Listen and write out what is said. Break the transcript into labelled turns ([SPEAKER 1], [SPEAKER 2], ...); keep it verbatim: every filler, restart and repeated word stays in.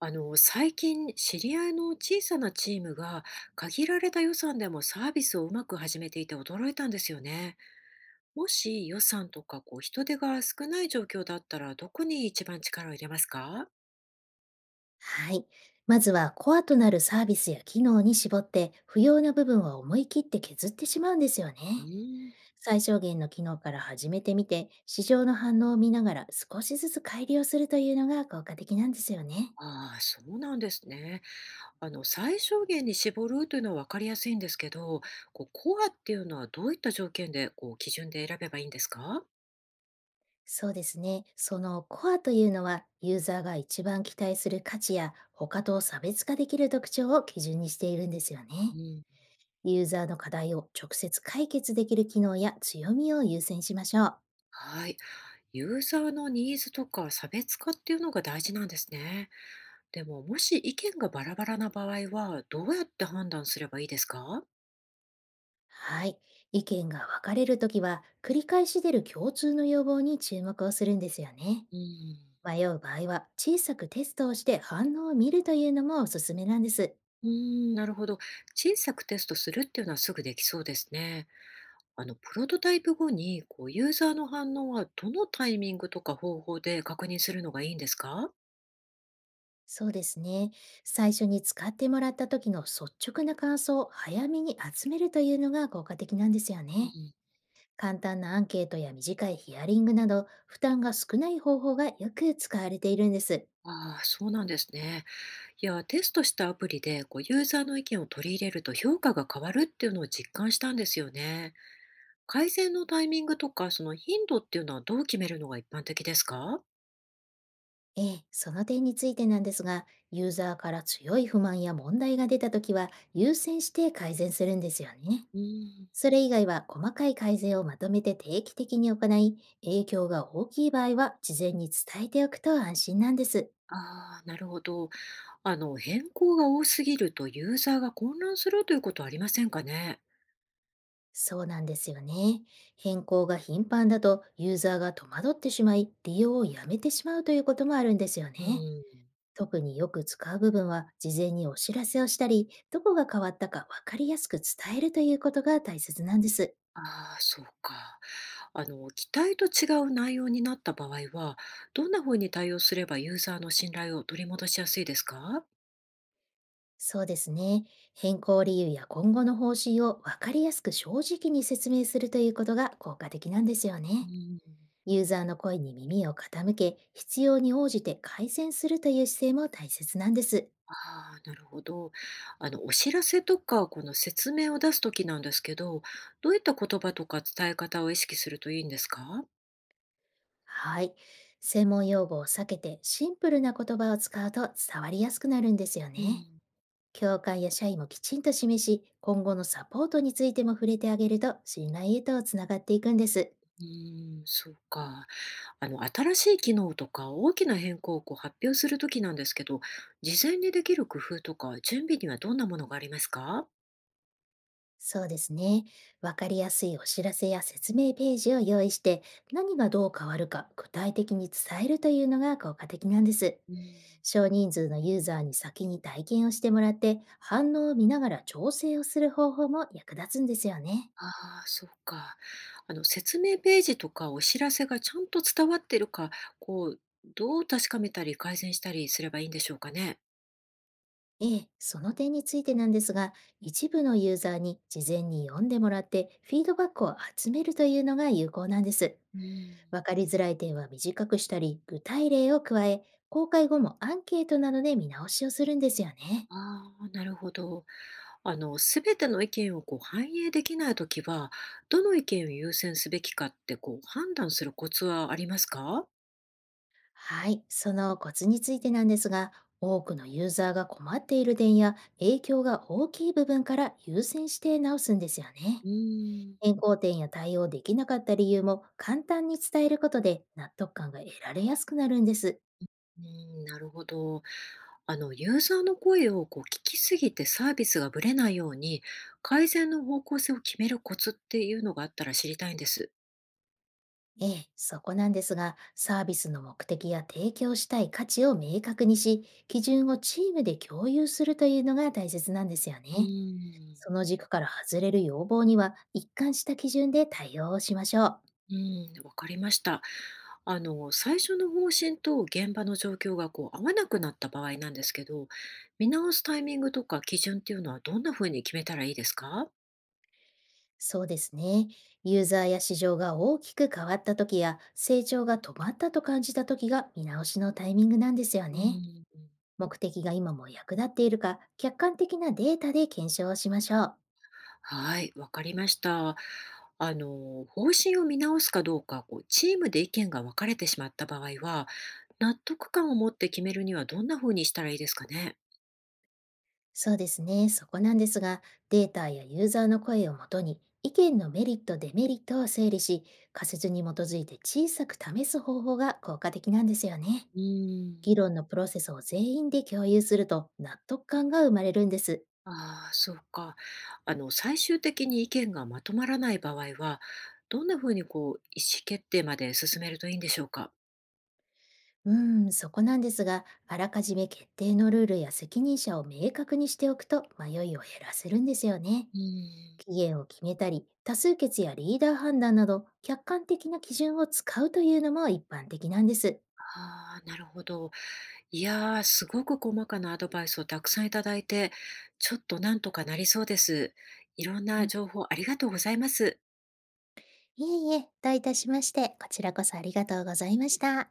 [SPEAKER 1] あの、最近、知り合いの小さなチームが、限られた予算でもサービスをうまく始めていて驚いたんですよね。もし予算とかこう人手が少ない状況だったら、どこに一番力を入れますか？
[SPEAKER 2] はい。まずはコアとなるサービスや機能に絞って、不要な部分は思い切って削ってしまうんですよ
[SPEAKER 1] う
[SPEAKER 2] ね。
[SPEAKER 1] ーん。
[SPEAKER 2] 最小限の機能から始めてみて、市場の反応を見ながら少しずつ改良するというのが効果的なんですよね。
[SPEAKER 1] ああ、そうなんですね。あの、最小限に絞るというのは分かりやすいんですけど、こう、コアっていうのはどういった条件で、こう、基準で選べばいいんですか？
[SPEAKER 2] そうですね。そのコアというのは、ユーザーが一番期待する価値や他と差別化できる特徴を基準にしているんですよ
[SPEAKER 1] う
[SPEAKER 2] ね。
[SPEAKER 1] ん。
[SPEAKER 2] ユーザーの課題を直接解決できる機能や強みを優先しましょう。
[SPEAKER 1] はい。ユーザーのニーズとか差別化っていうのが大事なんですね。でも、もし意見がバラバラな場合は、どうやって判断すればいいですか？
[SPEAKER 2] はい。意見が分かれるときは、繰り返し出る共通の要望に注目をするんですよね。
[SPEAKER 1] うん。
[SPEAKER 2] 迷う場合は、小さくテストをして反応を見るというのもおすすめなんです。
[SPEAKER 1] うーん、なるほど。小さくテストするっていうのはすぐできそうですね。あの、プロトタイプ後に、こう、ユーザーの反応はどのタイミングとか方法で確認するのがいいんですか？
[SPEAKER 2] そうですね。最初に使ってもらった時の率直な感想を早めに集めるというのが効果的なんですよ
[SPEAKER 1] う
[SPEAKER 2] ね。
[SPEAKER 1] ん。
[SPEAKER 2] 簡単なアンケートや短いヒアリングなど、負担が少ない方法がよく使われているんです。
[SPEAKER 1] ああ、そうなんですね。いや、テストしたアプリで、こう、ユーザーの意見を取り入れると評価が変わるっていうのを実感したんですよね。改善のタイミングとか、その頻度っていうのはどう決めるのが一般的ですか？
[SPEAKER 2] ええ、その点についてなんですが、ユーザーから強い不満や問題が出たときは、優先して改善するんですよね。
[SPEAKER 1] うん。
[SPEAKER 2] それ以外は細かい改善をまとめて定期的に行い、影響が大きい場合は事前に伝えておくと安心なんです。
[SPEAKER 1] ああ、なるほど。あの、変更が多すぎるとユーザーが混乱するということはありませんかね？
[SPEAKER 2] そうなんですよね。変更が頻繁だと、ユーザーが戸惑ってしまい、利用をやめてしまうということもあるんですよ
[SPEAKER 1] う
[SPEAKER 2] ね。
[SPEAKER 1] ん。
[SPEAKER 2] 特によく使う部分は、事前にお知らせをしたり、どこが変わったか分かりやすく伝えるということが大切なんです。
[SPEAKER 1] ああ、そうか。あの、期待と違う内容になった場合は、どんなふうに対応すればユーザーの信頼を取り戻しやすいですか？
[SPEAKER 2] そうですね。変更理由や今後の方針を分かりやすく正直に説明するということが効果的なんですよ
[SPEAKER 1] う
[SPEAKER 2] ね。
[SPEAKER 1] ん。
[SPEAKER 2] ユーザーの声に耳を傾け、必要に応じて改善するという姿勢も大切なんです。
[SPEAKER 1] ああ、なるほど。あの、お知らせとか、この説明を出すときなんですけど、どういった言葉とか伝え方を意識するといいんですか？
[SPEAKER 2] はい。専門用語を避けて、シンプルな言葉を使うと伝わりやすくなるんですよ
[SPEAKER 1] う
[SPEAKER 2] ね。
[SPEAKER 1] ん。
[SPEAKER 2] 教会や社員もきちんと示し、今後のサポートについても触れてあげると、信頼へとつながっていくんです。
[SPEAKER 1] うーん、そうか。あの、新しい機能とか大きな変更をこう発表するときなんですけど、事前にできる工夫とか準備にはどんなものがありますか？
[SPEAKER 2] そうですね。わかりやすいお知らせや説明ページを用意して、何がどう変わるか具体的に伝えるというのが効果的なんです。
[SPEAKER 1] うん。
[SPEAKER 2] 少人数のユーザーに先に体験をしてもらって、反応を見ながら調整をする方法も役立つんですよね。
[SPEAKER 1] ああ、そうか。あの、説明ページとかお知らせがちゃんと伝わってるか、こう、どう確かめたり改善したりすればいいんでしょうかね。
[SPEAKER 2] ええ、その点についてなんですが、一部のユーザーに事前に読んでもらって、フィードバックを集めるというのが有効なんです。
[SPEAKER 1] うん。
[SPEAKER 2] わかりづらい点は短くしたり、具体例を加え、公開後もアンケートなどで見直しをするんですよね。
[SPEAKER 1] ああ、なるほど。あの、すべての意見をこう反映できないときは、どの意見を優先すべきかってこう判断するコツはありますか？
[SPEAKER 2] はい、そのコツについてなんですが、多くのユーザーが困っている点や影響が大きい部分から優先して直すんですよね。
[SPEAKER 1] うーん。
[SPEAKER 2] 変更点や対応できなかった理由も簡単に伝えることで、納得感が得られやすくなるんです。
[SPEAKER 1] うーん、なるほど。あの、ユーザーの声をこう聞きすぎてサービスがぶれないように、改善の方向性を決めるコツっていうのがあったら知りたいんです。
[SPEAKER 2] ええ、そこなんですが、サービスの目的や提供したい価値を明確にし、基準をチームで共有するというのが大切なんですよ
[SPEAKER 1] う
[SPEAKER 2] ね。
[SPEAKER 1] ーん。
[SPEAKER 2] その軸から外れる要望には、一貫した基準で対応をしましょう。
[SPEAKER 1] うん、わかりました。あの、最初の方針と現場の状況がこう合わなくなった場合なんですけど、見直すタイミングとか基準っていうのはどんな風に決めたらいいですか？
[SPEAKER 2] そうですね。ユーザーや市場が大きく変わった時や、成長が止まったと感じた時が見直しのタイミングなんですよ
[SPEAKER 1] う
[SPEAKER 2] ね。
[SPEAKER 1] ん。
[SPEAKER 2] 目的が今も役立っているか、客観的なデータで検証をしましょう。
[SPEAKER 1] はい、わかりました。あの、方針を見直すかどうか、こうチームで意見が分かれてしまった場合は、納得感を持って決めるにはどんな風にしたらいいですかね？
[SPEAKER 2] そうですね。そこなんですが、データやユーザーの声をもとに、意見のメリット、デメリットを整理し、仮説に基づいて小さく試す方法が効果的なんですよね。
[SPEAKER 1] うーん。
[SPEAKER 2] 議論のプロセスを全員で共有すると、納得感が生まれるんです。
[SPEAKER 1] ああ、そうか。あの、最終的に意見がまとまらない場合は、どんなふうにこう、意思決定まで進めるといいんでしょうか？
[SPEAKER 2] うーん、そこなんですが、あらかじめ決定のルールや責任者を明確にしておくと、迷いを減らせるんですよね。
[SPEAKER 1] うん。
[SPEAKER 2] 期限を決めたり、多数決やリーダー判断など、客観的な基準を使うというのも一般的なんです。
[SPEAKER 1] ああ、なるほど。いやー、すごく細かなアドバイスをたくさんいただいて、ちょっとなんとかなりそうです。いろんな情報ありがとうございます。
[SPEAKER 2] いえいえ、どういたしまして、こちらこそありがとうございました。